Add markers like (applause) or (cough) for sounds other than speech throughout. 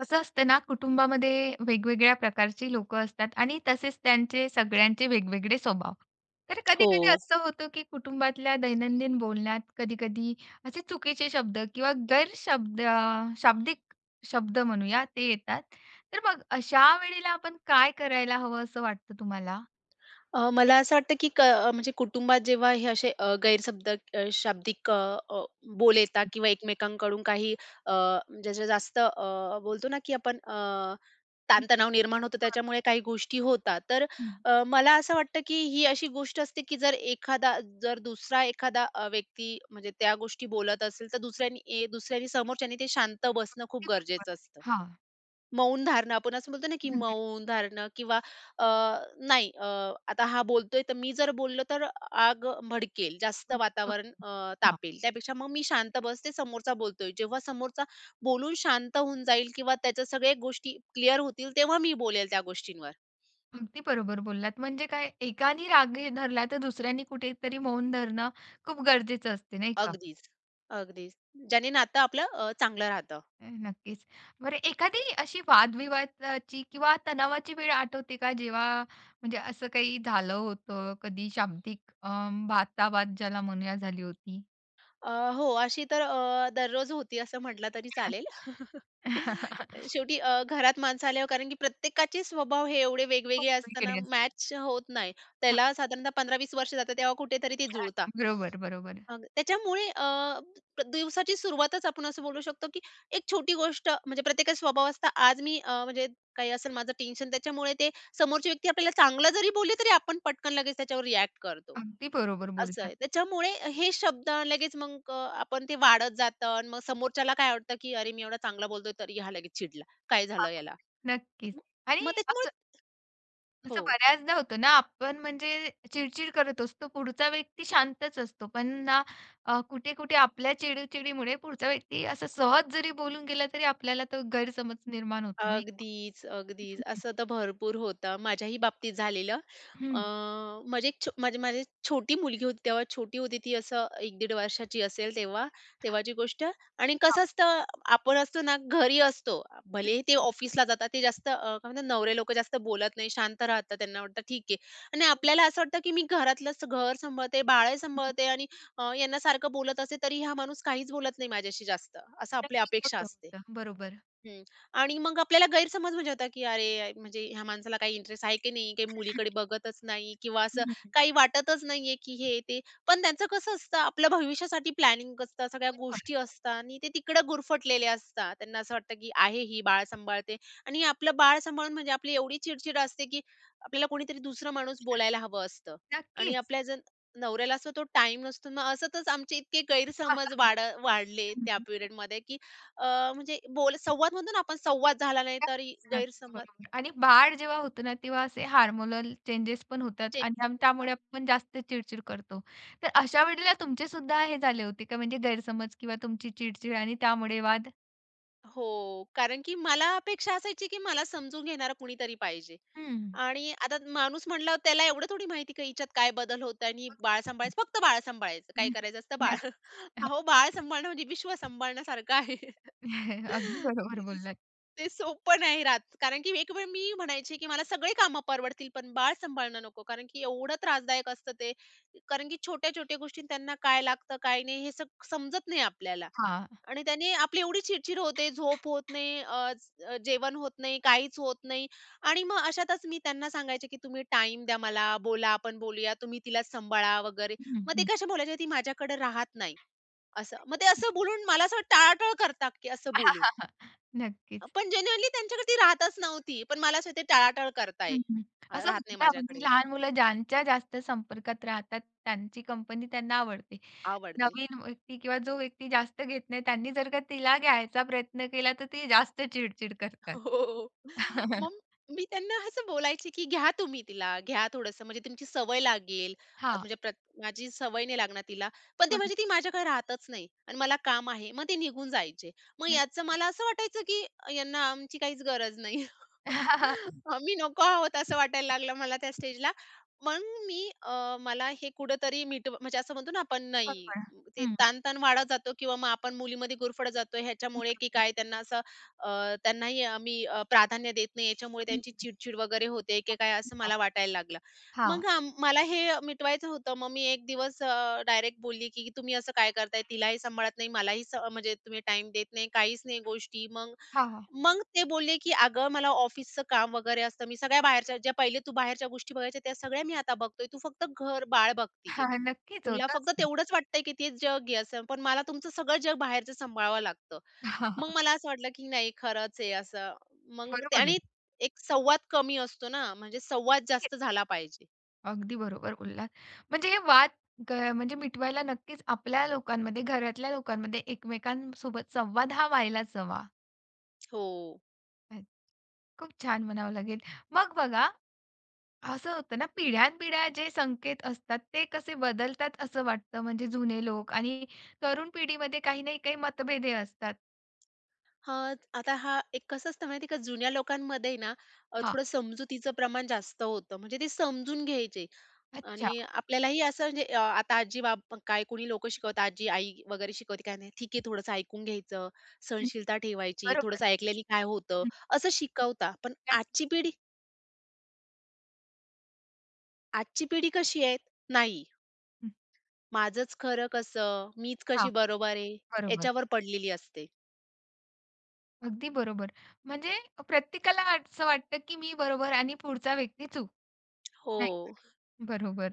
कसं असतं ना, कुटुंबामध्ये वेगवेगळ्या प्रकारची लोकं असतात आणि तसेच त्यांचे सगळ्यांचे वेगवेगळे स्वभाव. तर हो. कधी-कधी असं होतं, की कुटुंबातल्या दैनंदिन बोलण्यात कधी-कधी असे चुकीचे शब्द किंवा गैरशब्द शाब्दिक शब्द म्हणूया ते येतात. तर मग अशा वेळेला आपण काय करायला हवं असं वाटतं तुम्हाला? मला असं वाटतं, की म्हणजे कुटुंबात जेव्हा हे असे गैरशब्द शाब्दिक अ, अ, बोल येतात किंवा एकमेकांकडून काही अ, ज्याच्या जास्त बोलतो ना, की आपण हं, ताणतणाव निर्माण होतो, बरोबर. त्याच्यामुळे काही गोष्टी होतात. तर मला असं वाटतं, की ही अशी गोष्ट असते, की जर दुसरा एखादा व्यक्ती म्हणजे त्या गोष्टी बोलत असेल, तर दुसऱ्यानी समोरच्यानी ते शांत बसणं खूप ते बरोबर. गरजेचं असतं. हां. मौन धारणं आपण असं बोलतो ना, की हं, मौन धारणं किंवा अ, नाही अ, आता हा बोलतोय तर मी जर बोललो तर आग भडकेल, जास्त बरोबर. वातावरण तापेल. त्यापेक्षा मग मी शांत बसते, समोरचा बोलतोय. जेव्हा समोरचा बोलून शांत होऊन जाईल किंवा त्याच्या सगळ्या गोष्टी क्लिअर होतील, तेव्हा मी बोलेल त्या गोष्टींवर. अगदी बरोबर बोललात. म्हणजे काय एकानी राग हे धरला तर दुसऱ्यानी कुठेतरी मौन धरणं खूप गरजेचं असते नाही का? अगदीच, अगदीच. ज्याने नातं आपलं चांगलं राहतं. नक्कीच. बरं एखादी अशी वादविवादाची किंवा तणावाची वेळ आठवते का जेव्हा म्हणजे असं काही झालं होतं कधी शाब्दिक वादावाद ज्याला म्हणूया झाली होती? हो, अशी तर दररोज होती असं म्हटलं तरी चालेल. (laughs) (laughs) शेवटी घरात माणसं आल्यावर कारण की प्रत्येकाचे स्वभाव हे एवढे खूप वेगवेगळे असताना वेगळी असतात. मॅच होत नाही. (laughs) त्याला साधारणतः 15-20 वर्ष जातात तेव्हा कुठेतरी ते जुळतात. बरोबर, बरोबर. अ, त्याच्यामुळे अ, प्र- दिवसाची सुरुवातच आपण असं बोलू शकतो, की एक छोटी गोष्ट म्हणजे प्रत्येकाचा स्वभाव असता. आज मी म्हणजे काही असेल माझं टेन्शन त्याच्यामुळे ते समोरची व्यक्ती आपल्याला चांगलं जरी बोलली तरी आपण पटकन लगेच त्याच्यावर रिएक्ट करतो. अगदी बरोबर असं बोललात. आहे. त्याच्यामुळे हे शब्द लगेच मग आपण ते वाढत जातं आणि मग समोरच्याला काय वाटतं, की "अरे, मी एवढा चांगला बोलतोय तरी हा लगेच चिडला. काय हां, झालं याला?" नक्कीच. मग आणि मग त्याच्यामुळे असं हो. असं बऱ्याचदा होतं ना, आपण म्हणजे चिड-चिड करत असतो, पुढचा व्यक्ती शांतच असतो. पण ना कुठे-कुठे आपल्या चिडचिडीमुळे पुढचा व्यक्ती असं सहज जरी बोलून गेला, तरी आपल्याला तो गैरसमज निर्माण होतो, नाही का? अगदीच, अगदीच. असं तर भरपूर होतं. माझ्याही बाबतीत झालेलं. अ, हं. माझी एक छो माझी माझी छोटी मुलगी होती तेव्हा छोटी होती ती असं 1-1.5 वर्षाची असेल तेव्हा, तेव्हाची गोष्ट आणि हां. कसं असतं आपण असतो ना घरी असतो. भलेही ते ऑफिसला जातात ते जास्त काय म्हणतात नवरे लोकं जास्त बोलत नाही, शांत राहतात. त्यांना वाटतं ठीक आहे. आणि आपल्याला असं वाटतं की मी घरातलंच घर सांभाळते, बाळही सांभाळते आणि यांना सारखं बोलत असेल तरी हा माणूस काहीच बोलत नाही माझ्याशी जास्त, असं आपली नक्की अपेक्षा होतं, असते. होतं. बरोबर. हं. आणि मग आपल्याला गैरसमज म्हणजे होता, की अरे, म्हणजे ह्या माणसाला काही इंटरेस्ट आहे की नाही, काही मुलीकडे बघतच नाही किंवा असं हं. काही वाटतच नाहीये, की हे ते. पण त्यांचं कसं असतं, आपल्या भविष्यासाठी प्लॅनिंग असतं, सगळ्या बरोबर. गोष्टी असतात आणि ते तिकडे गुरफटलेले असतात. त्यांना असं वाटतं, की आहे ही बाळ सांभाळते आणि आपलं बाळ सांभाळून म्हणजे आपली एवढी चिडचिड असते, की आपल्याला कोणीतरी दुसरा माणूस बोलायला हवं असतं आणि नक्कीच. आपल्या जर नवऱ्याला असतो तो टाईम नसतो. मग असतच आमचे इतके गैरसमज (laughs) वाढ वाढले त्या पिरियडमध्ये, की म्हणजे संवाद म्हणतो ना आपण संवाद झाला नाही तरी नक्कीच, नक्कीच. गैरसमज बरोबर आणि बाळ जेव्हा होतं ना, तेव्हा असे हार्मोनल चेंजेस पण होतात चेंज आणि होता. त्यामुळे आपण जास्त चिडचिड करतो. तर अ, अशा वेळेला तुमचे सुद्धा हे झाले होते का म्हणजे गैरसमज किंवा तुमची चिडचिड आणि त्यामुळे वाद? हो, कारण की मला अपेक्षा असायची की मला समजून घेणारं कुणीतरी पाहिजे हं. आणि आता माणूस म्हणल्यावर त्याला एवढं थोडी माहिती की हिच्यात काय बदल होत आणि बाळ सांभाळायचं, फक्त बाळ सांभाळायचं. काय करायचं असतं बाळ. नक्की. (laughs) (laughs) अहो, बाळ सांभाळणं म्हणजे विश्व सांभाळण्यासारखं आहे. अगदी बरोबर स बोललात. ते सोपं नाही राहत. कारण की एक वेळ मी म्हणायची, की मला सगळे कामं परवडतील, पण बाळ सांभाळणं नको. कारण की एवढं त्रासदायक असतं ते. कारण की छोट्या-छोट्या गोष्टी त्यांना काय लागतं, काय नाही हे समजत नाही आपल्याला. हां. आणि त्याने आपली एवढी चिडचिड होते, झोप होत नाही, जेवण होत नाही, काहीच होत नाही. आणि मग अशातच मी त्यांना सांगायचे, की "तुम्ही टाईम द्या मला, बोला, आपण बोलूया, तुम्ही तिला सांभाळा" वगैरे. हं, मग ते हं. कशा बोलायचे, "ती माझ्याकडे राहत नाही." असं. मग ते असं बोलून मला असं टाळाटाळ करतात, की असं बोलून. (laughs) नक्कीच. पण जेन्युइनली त्यांच्याकडे ती राहतच नव्हती. पण मला असं ते टाळाटाळ करताय. हं, हं. असं राहत होतं नाही ना, म्हणजे माझ्याकडे लहान मुलं ज्यांच्या जास्त संपर्कात राहतात, त्यांची कंपनी त्यांना आवडते. आवडते. नवीन व्यक्ती किंवा जो व्यक्ती जास्त घेत नाही, त्यांनी जर का तिला घ्यायचा प्रयत्न केला, तर ते जास्त चिड-चिड (laughs) करतात. हो. (laughs) मग मी त्यांना असं बोलायची, की "घ्या तुम्ही तिला, घ्या थोडंसं म्हणजे तुमची सवय लागेल." अ, हां, म्हणजे प्रत माझी सवय नाही लागणार तिला. पण ते बरोबर. म्हणजे ती माझ्याकडे राहतच नाही आणि मला काम आहे. मग ते निघून जायचे. मग याचं मला असं वाटायचं, की यांना आमची काहीच गरज नाही. (laughs) आम्ही नको आहोत असं वाटायला लागलं मला त्या स्टेजला. मग मी मला हे कुठेतरी मिटव म्हणजे असं म्हणतो ना आपण नाही, बरोबर. ते हं. ताण वाढत जातो किंवा मग आपण मुलीमध्ये गुरफटत जातो ह्याच्यामुळे की बरोबर. काय त्यांना असं त्यांनाही आम्ही प्राधान्य देत नाही याच्यामुळे हं. त्यांची चिड वगैरे होते की काय असं मला वाटायला लागलं. हां, मग मला हे मिटवायचं होतं. मग मी एक दिवस डायरेक्ट बोलली की "तुम्ही असं काय करताय? तिलाही सांभाळत नाही, मलाही म्हणजे तुम्ही टाईम देत नाही, काहीच नाही गोष्टी." मग हां. मग ते बोलले, की "अगं मला ऑफिसचं काम वगैरे असतं. मी सगळ्या बाहेरच्या ज्या पहिले तू बाहेरच्या गोष्टी बघायच्या त्या सगळ्या मी आता बघतोय. तू फक्त घर-बाळ हां, बघतीये. (laughs) नक्कीच तुला होत फक्त असणार. तेवढंच वाटतंय, की ते जग आहे असं. पण मला तुमचं सगळं जग बाहेरचं सांभाळावं लागतं." मग (laughs) मला असं वाटलं, की नाही खरंच आहे असं. मग ते बरोबर आहे. आणि एक संवाद कमी असतो ना, म्हणजे संवाद जास्त झाला पाहिजे. अगदी बरोबर बोललात. म्हणजे हे वाद म्हणजे मिटवायला नक्कीच आपल्या लोकांमध्ये, घरातल्या लोकांमध्ये एकमेकांसोबत संवाद हा व्हायलाच हवा. हो. अ, खूप छान म्हणावं लागेल. मग बघा, असं होतं ना पिढ्यानपिढ्या जे संकेत असतात ते कसे बदलतात असं वाटतं. म्हणजे जुने लोक आणि तरुण पिढीमध्ये काही नाही काही मतभेदे असतात. हां, आता हा एक कसं असतं माहिती का जुन्या लोकांमध्ये ना हां, थोडं समजुतीचं प्रमाण जास्त होतं. म्हणजे ते समजून घ्यायचे. अच्छा. आणि आपल्यालाही असं म्हणजे अ, आता आजी बाब काय कोणी लोकं शिकवतात, आजी, आई वगैरे शिकवते काय नाही, ठीक आहे थोडंसं ऐकून घ्यायचं, सहनशीलता ठेवायची, बरोबर. थोडंसं ऐकल्याने काय होतं, हं, असं शिकवता. पण नक्की. आजची पिढी आजची पिढी कशी आहे? नाही, हं, माझंच खरं कसं, मीच हां, कशी बरोबर आहे, बरोबर. याच्यावर पडलेली असते. अगदी बरोबर. म्हणजे प्रत्येकाला असं वाटतं की मी बरोबर आणि पुढचा व्यक्ती चूक. नाही का? हो. बरोबर.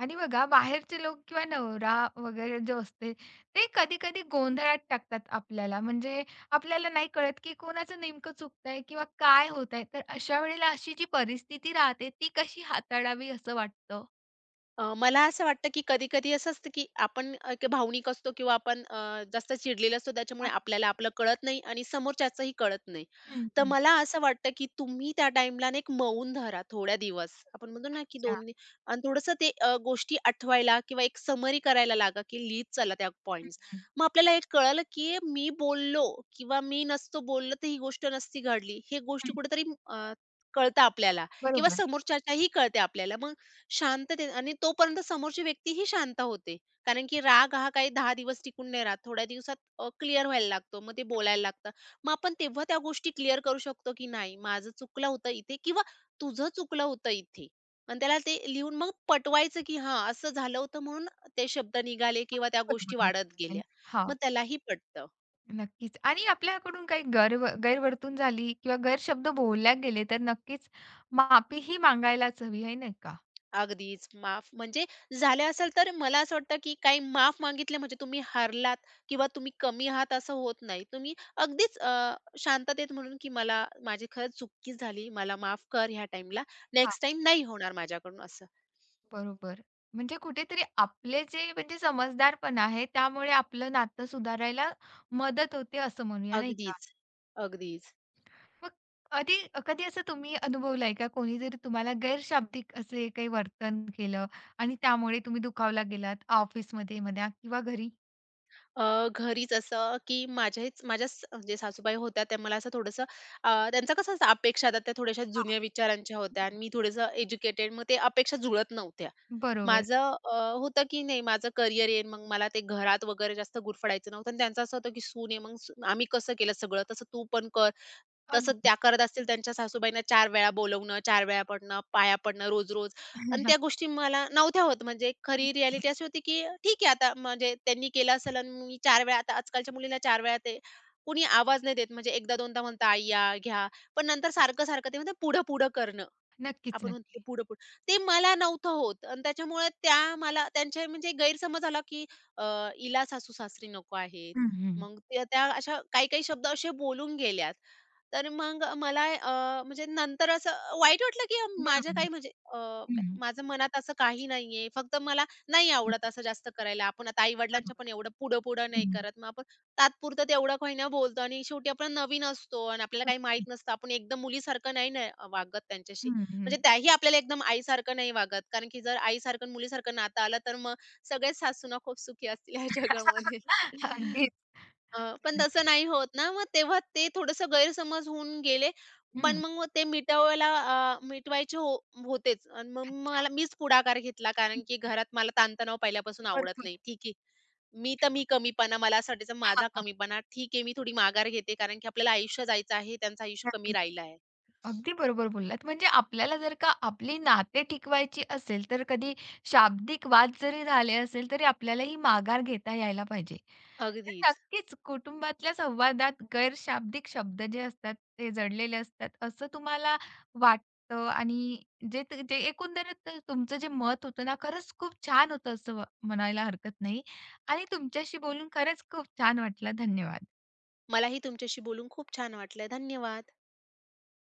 आणि बघा बाहेरचे लोक किंवा नवरा वगैरे जो असते, ते कधी-कधी गोंधळात टाकतात आपल्याला. म्हणजे आपल्याला नाही कळत, की कोणाचं नेमकं चुकतंय किंवा काय होतंय. तर अशा वेळेला अशी जी परिस्थिती राहते, ती कशी हाताळावी असं वाटतं? मला असं वाटतं, की कधी-कधी असं असतं, की आपण एक भावनिक असतो किंवा आपण जास्त चिडलेलो असतो, त्याच्यामुळे आपल्याला आपलं कळत नाही आणि समोरच्याचंही कळत नाही. हं, तर हं. मला असं वाटतं, की तुम्ही त्या टाईमला ना एक मौन धरा थोड्या दिवस. आपण म्हणतो ना, की अच्छा. 2 दि आणि थोडंसं ते गोष्टी आठवायला किंवा एक समरी करायला लागा, की लिहीत चला त्या हं, पॉइंट्स. मग आपल्याला हे कळलं, की मी बोललो किंवा मी नसतो बोललो, तर ही गोष्ट नसती घडली. हे हं. गोष्टी कुठेतरी अ, कळतं आपल्याला किंवा बरोबर. समोरच्याच्याही कळते आपल्याला. मग शांततेत आणि तोपर्यंत समोरची व्यक्ती ही शांत होते. कारण की राग हा काही 10 दिवस टिकून नाही राहत. थोड्या दिवसात क्लिअर व्हायला लागतो. मग ते बोलायला लागतं. मग आपण तेव्हा त्या गोष्टी क्लिअर करू शकतो, की नाही माझं चुकलं होतं इथे किंवा तुझं चुकलं होतं इथे. आणि त्याला ते लिहून मग पटवायचं, की हां, असं झालं होतं म्हणून ते शब्द निघाले किंवा त्या बरोबर गोष्टी बोलावं वाढत लागेल. गेल्या. हां, मग त्यालाही पटतं. नक्कीच. आणि आपल्याकडून काही गैरवर्तून झाली किंवा गैरशब्द बोलल्या गेले, तर नक्कीच माफी ही मागायलाच हवी, आहे नाही का? अगदीच. माफ म्हणजे झालं असेल तर मला असं वाटतं, की काही माफ मागितले म्हणजे तुम्ही हारलात किंवा तुम्ही कमी आहात असं होत नाही. तुम्ही अगदीच शांततेत म्हणून, की मला माझी खरंच चुकी झाली, मला माफ कर ह्या टाईमला. नेक्स्ट टाईम नाही होणार माझ्याकडून असं. बरोबर. म्हणजे कुठेतरी आपले जे म्हणजे समजदारपणा आहे, त्यामुळे आपलं नातं सुधारायला मदत होते असं म्हणूया, नाही का? अगदीच, अगदीच. मग कधी कधी असं तुम्ही अनुभवलंय का कोणीतरी तुम्हाला गैरशाब्दिक असे काही वर्तन केलं आणि त्यामुळे तुम्ही दुखावला गेलात ऑफिसमध्ये म्हणा किंवा घरी? घरीच असं की माझ्याच माझ्याच म्हणजे सासूबाई होत्या त्या मला असं थोडंसं त्यांचं कसं असतं अपेक्षा आता त्या थोड्याशा हां, जुन्या विचारांच्या होत्या आणि मी थोडंसं एज्युकेटेड मग ते अपेक्षा जुळत नव्हत्या. बरोबर. माझं होतं की नाही माझं करिअर येईन मग मला ते घरात वगैरे जास्त गुरफडायचं नव्हतं आणि त्यांचं असं होतं की सून आहे मग आम्ही कसं केलं सगळं तसं तू पण कर. तसं अगदी. त्या करत असतील त्यांच्या सासूबाईंना 4 वेळा बोलवणं, 4 वेळा पडणं, पाया पडणं रोज-रोज आणि त्या गोष्टी मला नव्हत्या होत. म्हणजे खरी रिॲलिटी अशी (laughs) होती, की ठीक आहे आता म्हणजे त्यांनी केलं असेल आणि मी 4 वेळा आता आजकालच्या मुलीला 4 वेळा ते कुणी आवाज नाही देत म्हणजे एकदा दोनदा म्हणतं, "आई या, घ्या." पण नंतर सारखं-सारखं ते म्हणतात पुढं-पुढं करणं. नक्कीच, आपण म्हणतो नक्की. पुढं-पुढं. ते मला नव्हतं होत आणि त्याच्यामुळे त्या मला त्यांचे म्हणजे गैरसमज झाला, की अ, हिला सासू-सासरे नको आहेत. हं, हं. मग त्या त्या अशा काही-काही शब्द असे बोलून गेल्यात. तर मग मला म्हणजे नंतर असं वाईट वाटलं, की माझ्या काही बरोबर. म्हणजे हं. माझं मनात असं काही नाहीये. फक्त मला नाही आवडत असं जास्त करायला. आपण आता आई-वडिलांच्या पण बरोबर. एवढं पुढं-पुढं नाही हं. करत. मग आपण तात्पुरतं तेवढं काही ना बोलतो आणि शेवटी आपण नवीन असतो आणि आपल्याला काही माहीत नसतं. आपण एकदम मुलीसारखं नाही ना वागत त्यांच्याशी. हं, म्हणजे त्याही आपल्याला एकदम आईसारखं नाही वागत. कारण की जर आईसारखं आणि मुलीसारखं नातं आलं, तर मग सगळ्याच सासूना खूप सुखी असतील ह्या जगामध्ये. (laughs) अगदीच. पण तसं नाही होत ना, मग तेव्हा ते थोडंसं गैरसमज होऊन गेले. पण हं. मग ते मिटवायला अ, मिटवायचे हो होतेच. आणि मग अच्छा. मला मीच पुढाकार घेतला, कारण की घरात मला ताणतणाव पहिल्यापासून आवडत बरोबर. नाही. ठीक आहे. मी तर मी कमीपणा, मला असं वाटायचं माझा हां, कमीपणा. ठीक आहे, मी थोडी माघार घेते, कारण की आपल्याला आयुष्य जायचं आहे, त्यांचं आयुष्य कमी नक्कीच. राहिलं आहे. अगदी बरोबर बोललात. म्हणजे आपल्याला जर का आपली नाते टिकवायची असेल, तर कधी शाब्दिक वाद जरी झाले असेल, तरी आपल्याला ही माघार घेता यायला पाहिजे. तर अगदीच. नक्कीच कुटुंबातल्या संवादात गैरशाब्दिक शब्द जे असतात, ते जडलेले असतात, असं तुम्हाला वाटतं आणि जे एकंदरीत तुमचं जे मत होतं ना, खरंच खूप छान होतं असं म्हणायला हरकत नाही आणि तुमच्याशी बोलून खरंच खूप छान वाटलं. धन्यवाद. मलाही तुमच्याशी बोलून खूप छान वाटलं. धन्यवाद.